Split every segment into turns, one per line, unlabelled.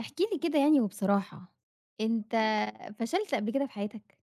احكِ لي كده يعني وبصراحة، أنت
إمم.
فشلت قبل كده في حياتك؟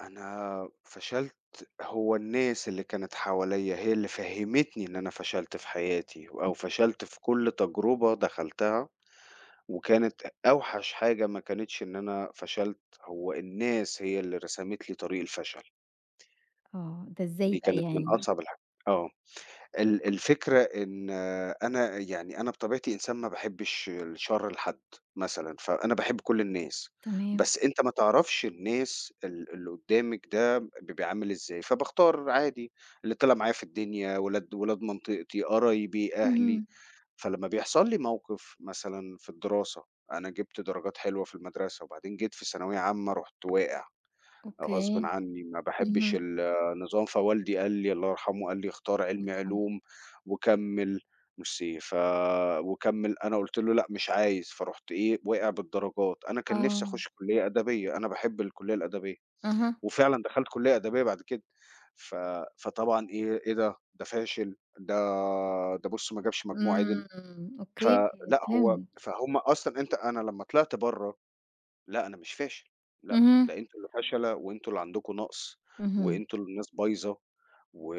أنا فشلت، هو الناس اللي كانت حواليّا هي اللي فهّمتني إن أنا فشلت في حياتي أو
إمم.
فشلت في كل تجربة دخلتها، وكانت أوحش حاجة ما كانتش إن أنا فشلت، هو الناس هي اللي رسمت لي طريق الفشل،
آه، ده إزاي
دي
بقى
كانت من
يعني؟
أصعب الح آه. ال الفكرة إن أنا يعني أنا بطبيعتي إنسان ما باحبش الشر لحد مثلًا، فأنا باحب كل الناس،
تمام،
بس أنت ما تعرفش الناس اللي قدّامك ده بيبقى عامل إزاي، فباختار عادي اللي طلع معايا في الدنيا، ولاد منطقتي، قرايبي، أهلي.
اهم،
فلمّا بيحصل لي موقف مثلًا في الدراسة، أنا جِبت درجات حلوة في المدرسة وبعدين جيت في ثانوية عامة رُحت واقع.
أوكي،
غصبٍ عني، ما
اهم،
باحبش
الله
النظام، فوالدي قال لي الله يرحمه قال لي: "اختار علمي
يرحمه،
علوم وكمّل." ميرسي ف وكمّل، أنا قُلت له: "لأ مش عايز." فرُحت إيه، واقع بالدرجات، أنا كان نِفْسي
آه،
أخُش كُلّية أدبية، أنا باحب الكُلّية الأدبية،
أها،
وفعلًا دخلت كُلّية أدبية بعد كده، ف فطبعًا إيه، إيه ده! ده فاشل، ده بُص ما جابش مجموع عِدِل،
إمم، أوكي
فلأ هو
فهمت،
فهُم أصلًا أنت أنا لمّا طلعت برّه لأ، أنا مش فاشل، لأ،
اهم،
ده أنتم اللي فشلة وأنتم اللي عندكم نقص،
اهم،
وأنتم اللي الناس بايظة، و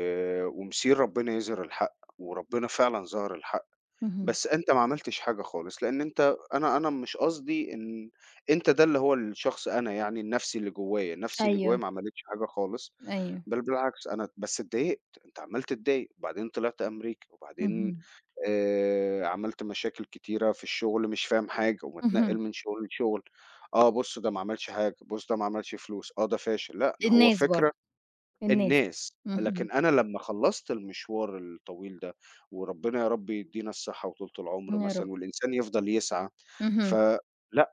ومسير ربنا يظهر الحق، وربنا فعلًا ظهر الحق،
اهم،
بس أنت ما عملتش حاجة خالص، لأن أنت أنا مش قصدي إن أنت ده اللي هو الشخص أنا يعني النَفْسي اللي جوايا، نَفْسي اللي جوايا
أيوه،
ما عملتش حاجة خالص.
أيوه،
بل بالعكس أنا بس اتضايقت، أنت عمّال تتضايق، وبعدين طلعت أمريكا، وبعدين
اهم،
عملت مشاكل كتيرة في الشغل مش فاهم حاجة، ومتنقّل
اهم،
من شغل لشغل، آه بُص ده ما عملش حاجة، بُص ده ما عملش فلوس، آه ده فاشل، لأ ما هو
الناس برضه،
فكرة
الناس،
الناس،
اهم،
لكن أنا لمّا خلّصت المشوار الطويل ده، وربنا يا رب يدّينا الصحة وطولة العمر
يا رب،
مثلًا، والإنسان يفضل يسعى،
اهم،
فلأ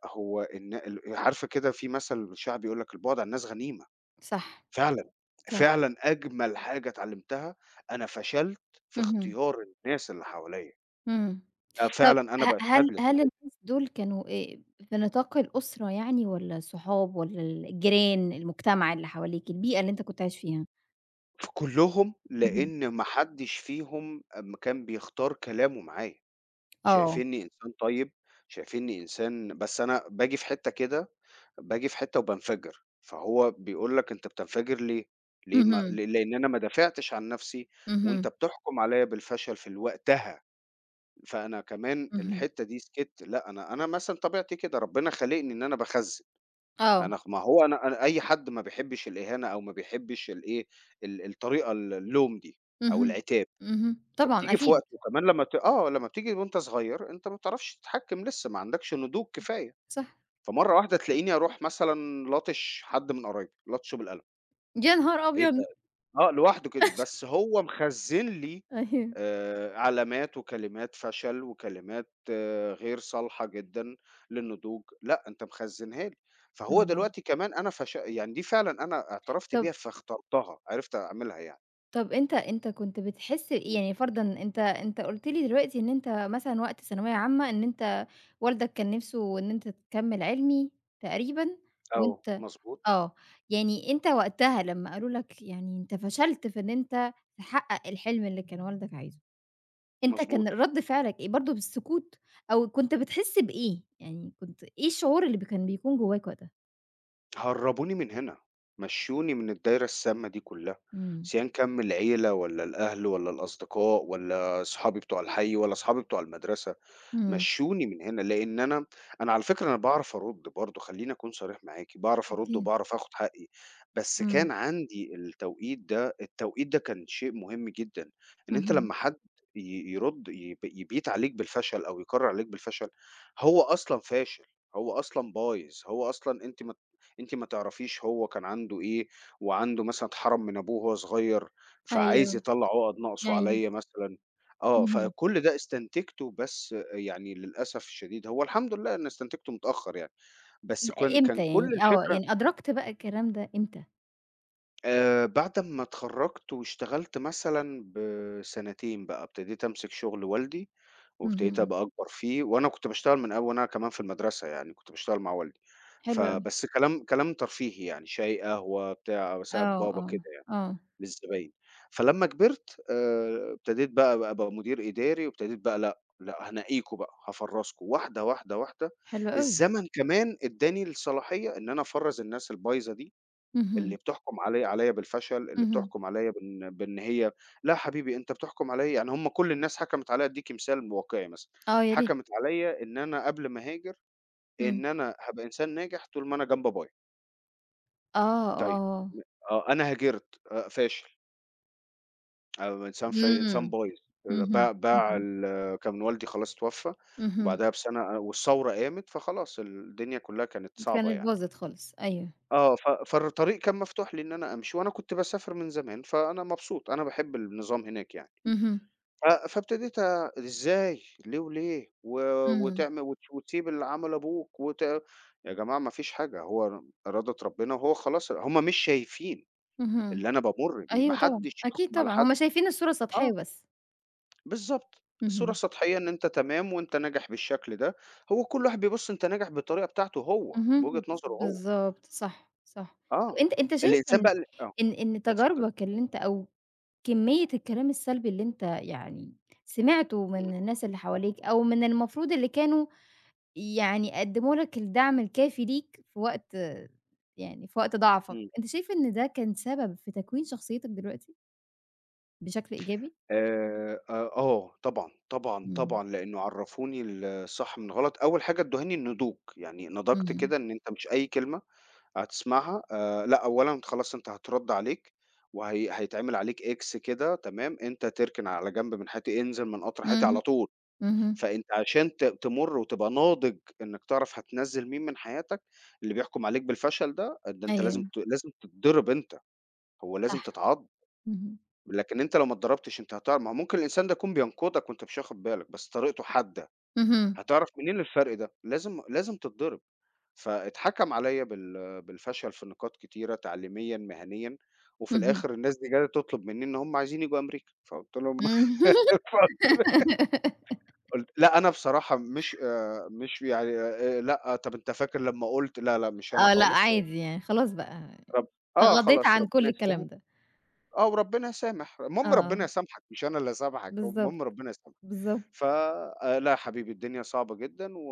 هو ال عارفة كده في مثل شعبي يقول لك: "البُعد عن الناس غنيمة."
صح،
فعلًا،
صح،
فعلًا أجمل حاجة اتعلمتها، أنا فشلت في
اهم،
اختيار الناس اللي حواليّا،
إمم. طب
فعلًا أنا
ه هل
باشهد لك في
هل
الحتّة
الناس دول كانوا في نطاق الأسرة يعني والّا الصحاب والّا الجيران، المجتمع اللي حواليك، البيئة اللي أنت كنت عايش فيها؟
دي، في كلّهم
اهم،
لإن ما حدّش فيهم كان بيختار كلامه معايا،
آه،
شايفينّي إنسان طيب، شايفينّي إنسان بس أنا باجي في حتّة كده، باجي في حتّة وبانفجر، فهو بيقول لك أنت بتنفجر ليه؟ ليه ما
اهم،
ل لإن أنا ما دافعتش عن نفسي وأنت
اهم،
بتحكم عليّا بالفشل في وقتها. فأنا كمان
اهم،
الحتّة دي سكِتّ، لأ أنا مثلًا طبيعتي كده، ربنا خالقني إن أنا باخزّن،
آه،
أنا خ ما هو أنا أي حد ما بيحبّش الإهانة أو ما بيحبّش الإيه، الطريقة اللوم دي أو
اهم،
العتاب،
اهم، طبعًا
فبتيجي في وقت
أكيد،
وكمان لمّا ت آه، لمّا بتيجي وأنت صغيّر أنت ما بتعرفش تتحكّم لسه، ما عندكش نضوج كفاية،
صح،
فمرّة واحدة تلاقيني أروح مثلًا لاطش حد من قرايبي، لطشه بالقلم،
يا نهار
إيه ده؟!
أبيض!
آه، لوحده كده، بس هو مخزّن لي
أيوه،
علامات وكلمات فشل وكلمات غير صالحة جدًا للنضوج، لأ أنت مخزّنها لي، فهو
آه،
دلوقتي كمان أنا فش يعني دي فعلًا أنا اعترفت بيها
طب
فاخترتها، عرفت أعملها يعني،
طب أنت كنت بتحس إيه
إمم،
يعني فرضًا أنت قُلت لي دلوقتي إن أنت مثلًا وقت ثانوية عامة إن أنت والدك كان نِفْسه إن أنت تكمّل علمي تقريبًا
آه،
وأنت
مضبوط،
آه، يعني أنت وقتها لمّا قالوا لك يعني أنت فشلت في إن أنت تحقق الحلم اللي كان والدك عايزه، أنت كان
مضبوط،
رد فعلك إيه؟ برضه بالسكوت أو كنت بتحس بإيه؟ يعني كنت إيه الشعور اللي كان بيكون جواك وقتها؟
هرّبوني من هنا، مشّوني من الدايرة السامة دي كلّها،
إمم،
سِيًا كان من العيلة والّا الأهل والّا الأصدقاء والّا صحابي بتوع الحي والّا صحابي بتوع المدرسة.
إمم،
مشّوني من هنا، لإن أنا على فكرة أنا باعرف أرُد برضه، خلّيني أكون صريح معاكِ، باعرف أرُد
أكيد،
وباعرف آخُد حقّي، بس
إمم،
كان عندي التوقيت ده التوقيت ده كان شيء مهم جدًا، إن أنت
اهم،
لمّا حد ي يرُد يب يبيت عليك بالفشل أو يكرّر عليك بالفشل، هو أصلًا فاشل، هو أصلًا بايظ، هو أصلًا أنتِ ما تعرفيش هو كان عنده إيه، وعنده مثلًا اتحرم من أبوه وهو صغير، فعايز
أيوه،
يطلّع عُقَد ناقصه
أيوه،
عليّا مثلًا. آه،
اهم،
فكل ده استنتجته بس يعني للأسف الشديد هو الحمد لله أنا استنتجته متأخر يعني، بس كان
إمتى
كل
يعني؟ آه،
الفكرة
يعني أدركت بقى الكلام ده إمتى؟
بعد أمّا اتخرّجت واشتغلت مثلًا بسنتين بقى، ابتديت أمسك شغل والدي، وابتديت
اهم،
أبقى أكبر فيه، وأنا كنت باشتغل من قبل وأنا كمان في المدرسة يعني كنت باشتغل مع والدي،
حلو أوي،
فبس كلام ترفيهي يعني شاي، قهوة، بتاع، باساعد
آه،
بابا
آه،
كده يعني.
آه،
للزباين. فلمّا كبرت ابتديت بقى أبقى مدير إداري وابتديت بقى لأ، لأ هانقّيكم بقى، هافرّزكم واحدة، واحدة، واحدة.
حلو أوي،
الزمن كمان ادّاني الصلاحية إن أنا أفرّز الناس البايظة دي،
اهم،
اللي بتحكم عليَّ بالفشل، اللي
اهم،
بتحكم عليَّ بإن هي لا حبيبي أنت بتحكم عليَّ يعني هم كل الناس حكمت عليَّ أدّيكِ مثال واقعي مثلًا،
آه، يا ريت،
حكمت عليَّ إن أنا قبل ما أهاجر،
إمم،
إن أنا هابقى إنسان ناجح طول ما أنا جنب أبويا.
آه،
طيب
آه.
آه، أنا هاجرت فاشل. إنسان إنسان
إمم،
بايظ،
اهم،
باع باع
اهم،
ال آه، كان والدي خلاص اتوفى،
اهم،
وبعدها بسنة آه، والثورة قامت، فخلاص الدنيا كلّها كانت صعبة
كانت
يعني.
باظت خالص، أيوه،
آه، فالطريق كان مفتوح لي إن أنا أمشي، وأنا كنت باسافر من زمان، فأنا مبسوط، أنا باحب النظام هناك يعني.
اهم،
فابتديت إزاي، ليه وليه،
إمم،
وتعمل وتسيب اللي عمله أبوك يا جماعة ما فيش حاجة، هو إرادة ربنا وهو خلاص هم مش شايفين
اهم،
اللي أنا بامُر بيه، ما
أيوه طبعًا،
حدش
أكيد
يحكم على
طبعًا، هُم
حد
شايفين الصورة سطحية
آه.
بس،
بالضبط، الصورة
اهم،
السطحية إن أنت تمام وأنت ناجح بالشكل ده، هو كل واحد بيبُص أنت ناجح بالطريقة بتاعته هو، بوجهة
اهم،
نظره هو،
بالضبط، صح، صح، طب
آه،
أنت شايف
الإنسان
إن
بقى ال آه،
إن إن
اتفضلي،
تجاربك اللي أنت أو كمية الكلام السلبي اللي أنت يعني سمعته
إمم،
من الناس اللي حواليك أو من المفروض اللي كانوا يعني قدّموا لك الدعم الكافي ليك في وقت يعني في وقت ضعفك،
إمم،
أنت شايف إن ده كان سبب في تكوين شخصيتك دلوقتي بشكل إيجابي؟
آه آه، طبعًا، طبعًا،
إمم،
طبعًا، لإنه عرّفوني الصح من الغلط، أول حاجة ادّهاني النضوج، يعني نضجت
إمم،
كده إن أنت مش أي كلمة هتسمعها لأ أولًا خلاص أنت هتُرَد عليك، وهي هيتعمل عليك X كده تمام، أنت تركن على جنب من حياتي، انزل من قطر حياتي
اهم،
على طول.
اهم،
فأنت عشان تمُر وتبقى ناضج إنّك تعرف هتنزّل مين من حياتك، اللي بيحكم عليك بالفشل ده، ده أنت
أيوه
لازم تتضرب أنت، هو لازم
صح،
تتعاض،
اهم،
لكن أنت لو ما اتضربتش أنت هتع ما هو ممكن الإنسان ده يكون بينقدك وأنت مش واخد بالك، بس طريقته حادة،
اهم،
هتعرف منين الفرق ده؟ لازم تتضرب، فاتحكم عليَّ بالفشل في نقاط كتيرة تعليميًا، مهنيًا، وفي
اهم،
الآخر الناس دي جَت تطلب منّي إن هُم عايزين ييجوا أمريكا، فقُلت لهم
إمم.
فقُلت قُلت لأ، أنا بصراحة مش مش يعني لأ، طَب أنت فاكر لمّا قُلت لا، لأ، مش أنا
آه، لأ
خالص
عادي يعني خلاص بقى،
رب آه،
تغاضيت
خلاص
عن
ربنا
كل الكلام
يسامح
ده،
آه، وربنا يسامح، المهم
آه،
ربنا يسامحك مش أنا اللي هاسامحك،
بالضبط،
المهم ربنا يسامحك.
بالضبط،
ف لا يا حبيبي الدنيا صعبة جدًا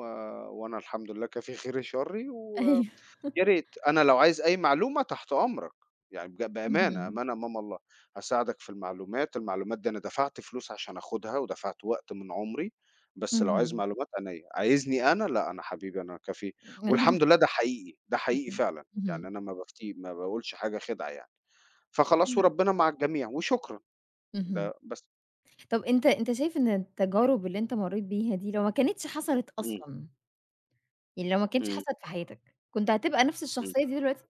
وأنا الحمد لله كافي خيري شرّي
أيوه،
يا ريت، أنا لو عايز أي معلومة تحت أمرك، يعني بأمانة،
اهم،
أمانة أمام الله، هاساعدك في المعلومات، المعلومات دي أنا دفعت فلوس عشان آخُدها ودفعت وقت من عُمري، بس لو عايز
اهم،
معلومات عينيّا، عايزني أنا، لأ أنا حبيبي أنا كفيل،
اهم،
والحمد لله ده حقيقي، ده حقيقي فعلًا،
اهم،
يعني
اهم،
أنا ما بافتي ما باقولش حاجة خدعة يعني، فخلاص
حلو،
وربنا مع الجميع وشكرًا،
اهم.
ده بس.
طب أنت شايف إن التجارب اللي أنت مرّيت بيها دي لو ما كانتش حصلت
إمم،
أصلًا، يعني لو ما كانتش
إمم،
حصلت في حياتك، كنت هتبقى نفس
إمم،
الشخصية دي دلوقتي؟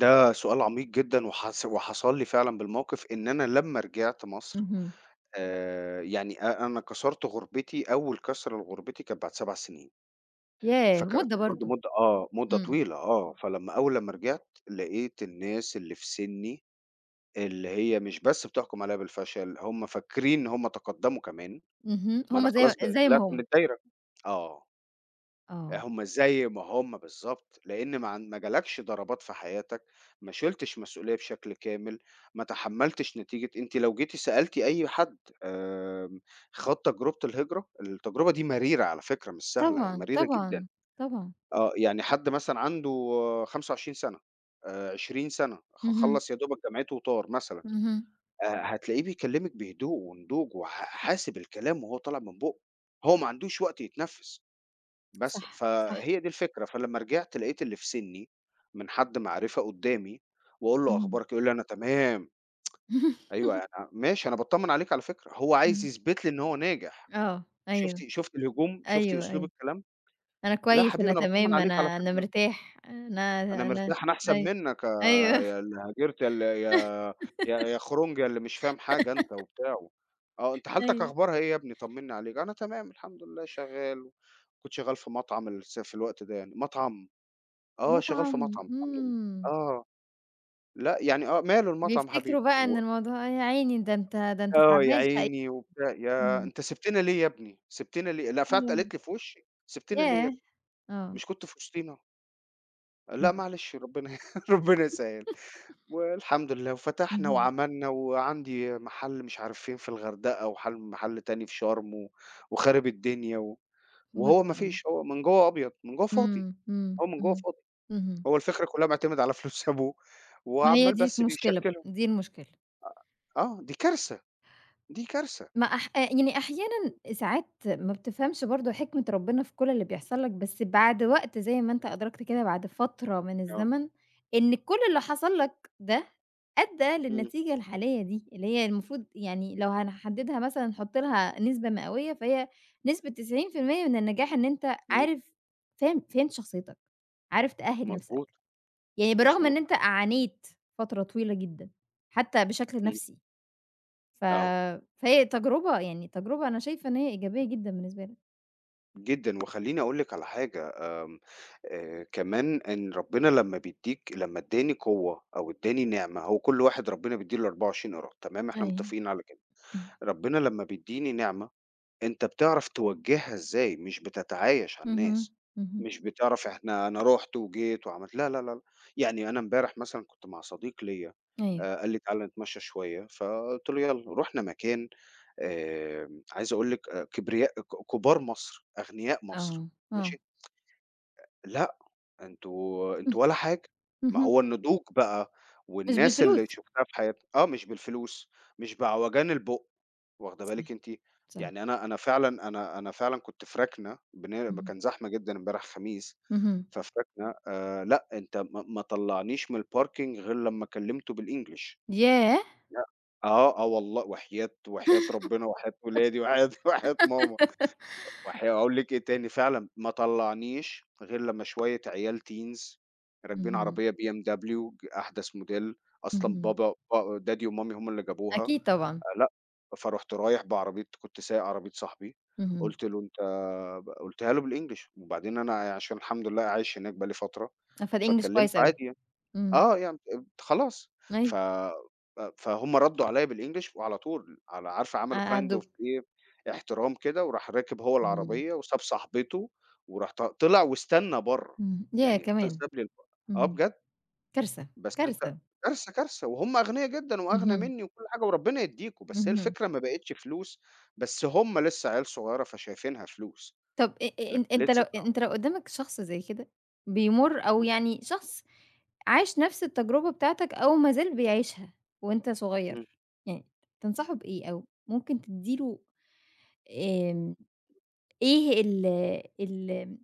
ده سؤال عميق جدًا وحصل لي فعلًا بالموقِف إن أنا لمّا رجعت مصر
اهم،
يعني أنا كسرت غربتي أول كسرة لغربتي كانت بعد 7 سنين،
ياه!
فكانت
مدة
برضه
برضه،
مدة آه، مدة
إمم،
طويلة آه، فلمّا أول لمّا رجعت لقيت الناس اللي في سني، اللي هي مش بس بتحكم عليَّ بالفشل، هُم فاكرين إن هُم تقدموا كمان،
اهم،
ما
هُم
أنا
زي
خلاص بقيت
زي
طلعت
ما هُم،
من الدايرة. آه.
آه،
هم زي ما هم بالضبط، لإن ما جالكش ضربات في حياتك، ما شِلتش مسؤولية بشكل كامل، ما تحمّلتش نتيجة أنتِ لو جيتِ سألتِ أي حد آمم خاض تجربة الهجرة، التجربة دي مريرة على فكرة مش سهلة، هي
طبعًا،
مريرة جدًا،
طبعًا، طبعًا،
آه، يعني حد مثلًا عنده 25 سَنة، 20 سَنة،
اهم،
خلّص يا دوبك جامعته وطار مثلًا،
اهم،
آآ هتلاقيه بيكلّمِك بهدوء وندوج حاسب الكلام وهو طالع من بُقّه، هو ما عندوش وقت يتنفّس. بس،
صح، صح،
فهي دي الفكرة، فلمّا رجعت لقيت اللي في سِنّي من حد معرفة قُدّامي وأقول له:
اهم،
"أخبارك إيه؟" يقول لي: "أنا تمام." أيوه، أنا ماشي، أنا باتطمّن عليك على فكرة، هو عايز
اهم،
يثبت لي إن هو ناجح.
آه،
شُفتِ
أيوه،
شُفتِ الهجوم، شُفتِ
أيوه،
أسلوب
أيوه،
الكلام؟
أنا
"لا
كويس،
حبيبي
أنا
أنا باتطمّن
تمام،
عليك على
أنا
فكرة،
مرتاح، أنا
أنا
أنا
مرتاح، أنا أحسن
أيوه،
منّك يا
أيوه،
اللي هاجرت، يا اللي يا خرنج، يا اللي مش فاهم حاجة أنت." وبتاع و آه، "أنت حالتك
أيوه،
أخبارها إيه يا ابني طمّني عليك؟" "أنا تمام الحمد لله، شغّال." كنت شغّال في مطعم الس في الوقت ده يعني، مطعم آه، شغال في
مطعم،
مطعم الحمد لله.
إمم.
آه، لأ يعني آه، ماله المطعم
بيفتكروا
حبيبي
بقى إن
و
الموضوع إيه، يا عيني ده أنت
آه، يا
تعبان شقيان
عيني وبتاع يا أنت سِبتنا ليه يا ابني، سِبتنا ليه؟ لأ فعلًا
آه.
قالت لي في وشي، سِبتنا ليه يا
ياه!
ابني،
آه.
مش كنت في وسطينا؟
إمم،
لأ معلش ربنا ربنا يسهّل. والحمد لله وفتحنا
اهم.
وعملنا وعندي محل مش عارف فين في الغردقة وحل محل تاني في شرم وخارب الدنيا
ما
وهو ما
شاء الله.
فيش هو من جوّه أبيض، من جوّه فاضي،
إمم، إمم،
هو من جوّه
اهم،
فاضي،
اهم.
هو الفكرة كلّها معتمد على فلوس أبوه
ما هي
وعمّال
دي
بس
المشكلة بقى،
بيشكّلها.
دي المشكلة.
آه، دي كارثة، دي كارثة.
ما أح يعني أحيانًا ساعات ما بتفهمش برضه
إمم،
حكمة ربنا في كل اللي بيحصل لك، بس بعد وقت زي ما أنت أدركت كده بعد فترة من
آه،
الزمن، إن كل اللي حصل لك ده أدّى
إمم،
للنتيجة الحالية دي، اللي هي المفروض يعني لو هنحددها مثلًا نحط لها نسبة مئوية، فهي نسبة 90% من النجاح إن أنت
إمم.
عارف فاهم فهمت شخصيتك، عارف تأهِّل
مضبوط،
نفسك، يعني بالرغم
مضبوط.
إن أنت عانيت فترة طويلة جدًا، حتى بشكل
إمم،
نفسي. ف
آه،
فهي تجربة يعني تجربة أنا شايفة إن هي إيجابية جدًا بالنسبة لك.
جدًا. وخلّيني أقول لِك على حاجة، آمم، كمان إن ربنا لمّا بيدّيك لمّا ادّاني قوة أو ادّاني نعمة، هو كل واحد ربنا بيدّي له 24 قيراط، تمام، إحنا
أيوه،
متفقين على كده.
أيوه.
ربنا لمّا بيدّيني نعمة أنت بتعرف توجّهها إزاي، مش بتتعايش على
اهم،
الناس،
اهم.
مش بتعرف إحنا أنا رُحت وجيت وعملت لا، لا، لا، لأ، يعني أنا امبارح مثلًا كنت مع صديق ليّا
أيوه،
قال لي: "تعالَ نتمشى شوية." فقُلت له: "يالّا." رُحنا مكان آمم، عايز أقول لِك كبرياء كبار مصر، أغنياء مصر،
آه، آه.
ماشي، لأ، أنتم أنتم ولا حاجة، ما
اهم،
هو النضوج بقى
مش
والناس
بالفلوس.
اللي شُفناها في حياتنا آه، مش بالفلوس، مش بعوجان البُق. واخدة بالِك
صح،
أنتِ؟
صح.
يعني أنا فعلًا أنا فعلًا كنت في ركنة
اهم.
كان زحمة جدًا امبارح خميس،
اهم،
ففي ركنة لأ، أنت ما طلّعنيش من الparking غير لمّا كلّمته بالEnglish
ياه!
لأ آه، آه والله وحياة وحياة ربنا وحياة ولادي وحياة وحياة ماما أقول لِك إيه تاني فعلًا ما طلّعنيش غير لمّا شوية عيال teens راكبين
اهم،
عربية BMW أحدث موديل، أصلًا
اهم.
بابا ب دادي ومامي هم اللي جابوها.
أكيد طبعًا.
فلأ، فرُحت رايح بعربية كنت سايق عربية صاحبي،
اهم.
قُلت له: "أنت" قُلتها له بالEnglish وبعدين أنا عشان الحمد لله عايش هناك بقى لي فترة،
فالEnglish
فاتكلمت
كويس أوي.
عادي يعني
إمم،
آه، يعني خلاص ف
أيوه،
أ فهُم ردّوا عليّا بالEnglish وعلى طول على عارفة عملوا kind of
هيعدّوك.
إيه، احترام كده وراح راكب هو
إمم.
العربية وساب صاحبته وراح طلع واستنى برّه،
إمم، ياه
يعني
كمان!
ساب لي آه
إمم.
بجد.
كارثة،
بس أنت
كارثة.
كارثة، كارثة، وهُم أغنيا جدًا وأغنى
اهم،
منّي وكل حاجة وربنا يدّيكم، بس هي
اهم.
الفكرة ما بقِتش فلوس، بس هُم لسه عيال صغيرة فشايفينها فلوس،
طب أ أ
لك
أن أنت لو
لسه
أنت لو قدّامك شخص زي كده، بيمُر أو
إمم،
يعني شخص عاش نفس التجربة بتاعتك أو ما زال بيعيشها وأنت
إمم،
صغير، يعني تنصحه بإيه أو ممكن تدّي له آمم، إيه ال ال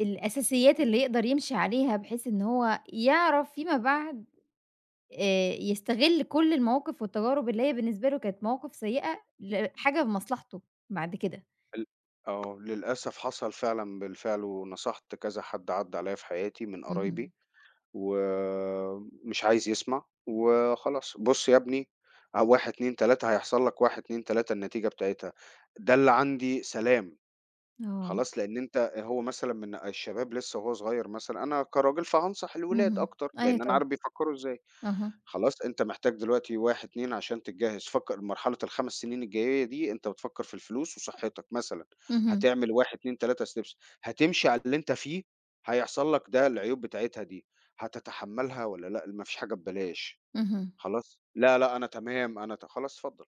الأساسيات
إمم،
اللي يقدر يمشي عليها بحيث إن هو يعرف فيما بعد يستغل كل المواقف والتجارب اللي هي بالنسبة له كانت مواقف سيئة لحاجة بمصلحته بعد كده؟
ال آه، للأسف حصل فعلًا بالفعل ونصحت كذا حد عدّى عليَّ في حياتي من
اهم.
قرايبي، ومش عايز يسمع وخلاص، "بُص يا ابني 1، 2، 3 هيحصل لك 1، 2، 3 النتيجة بتاعتها، ده اللي عندي سلام."
آه،
خلاص، لإن أنت هو مثلًا من الشباب لسه وهو صغير مثلًا، أنا كراجل فهانصح الولاد
اهم،
أكتر،
أيوه
لإن أنا
طبعًا،
عارف بيفكّروا إزاي.
أها.
خلاص، أنت محتاج دلوقتي 1، 2 عشان تتجهّز، فكّر مرحلة ال5 سنين الجاية دي أنت بتفكّر في الفلوس وصحّتك مثلًا،
اهم،
هتعمل 1، 2، 3 steps هتمشي على اللي أنت فيه، هيحصل لك ده العيوب بتاعتها دي، هتتحمّلها والّا لأ؟ ما فيش حاجة ببلاش،
اهم.
خلاص، لا، لأ، أنا تمام، أنا ت خلاص اتفضّل،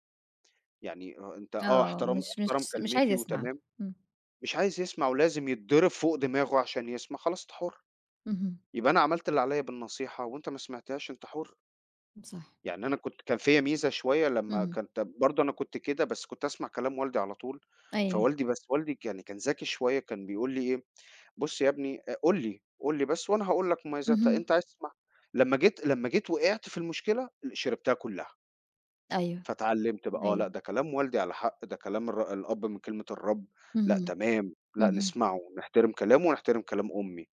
يعني آه، أنت آه،
آه،
احترم
مش
احترم
مش مش عايز
كلمتي
يسمع.
وتمام
إمم،
مش عايز يسمع ولازم يتضرب فوق دماغه عشان يسمع، خلاص أنت حُر،
اهم.
يبقى أنا عملت اللي عليَّ بالنصيحة وأنت ما سمعتهاش أنت حُر،
صح.
يعني أنا كان فيّا ميزة شوية لمّا
اهم،
كنت برضه أنا كنت كده بس كنت أسمع كلام والدي على طول،
أيوه،
فوالدي بس والدي كان ذكي شوية كان بيقول لي إيه، بُص يا ابني قُل لي، قُل لي بس وأنا هاقول لك مميزاتها،
اهم،
أنت عايز تسمعها، لمّا جيت لمّا جيت وقعت في المشكلة، شربتها كلها.
أيوه،
فاتعلّمت بقى آه،
أيوه،
لأ ده كلام والدي على حق، ده كلام الأب من كلمة الرب، لأ
اهم،
تمام، لأ
اهم،
نسمعه، نحترم كلامه ونحترم كلام أمي،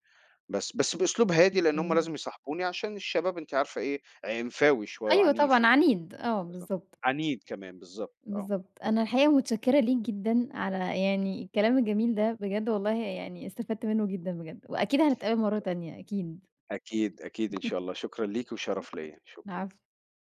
بس، بس بأسلوب هادي لإن هم
جميل.
لازم يصاحبوني عشان الشباب أنتِ عارفة إيه، عنفاوي شوية
أيوه
وعنيف
طبعًا
يعني،
عنيد، آه
بالضبط،
بالضبط،
عنيد كمان بالضبط، آه،
بالضبط. أنا الحقيقة متشكرة ليك جدًا على يعني الكلام الجميل ده، بجد والله يعني استفدت منه جدًا بجد، وأكيد هنتقابل مرة تانية أكيد.
أكيد، أكيد إن شاء الله، شكرًا ليكِ وشرف ليّا، شكرًا.
العفو.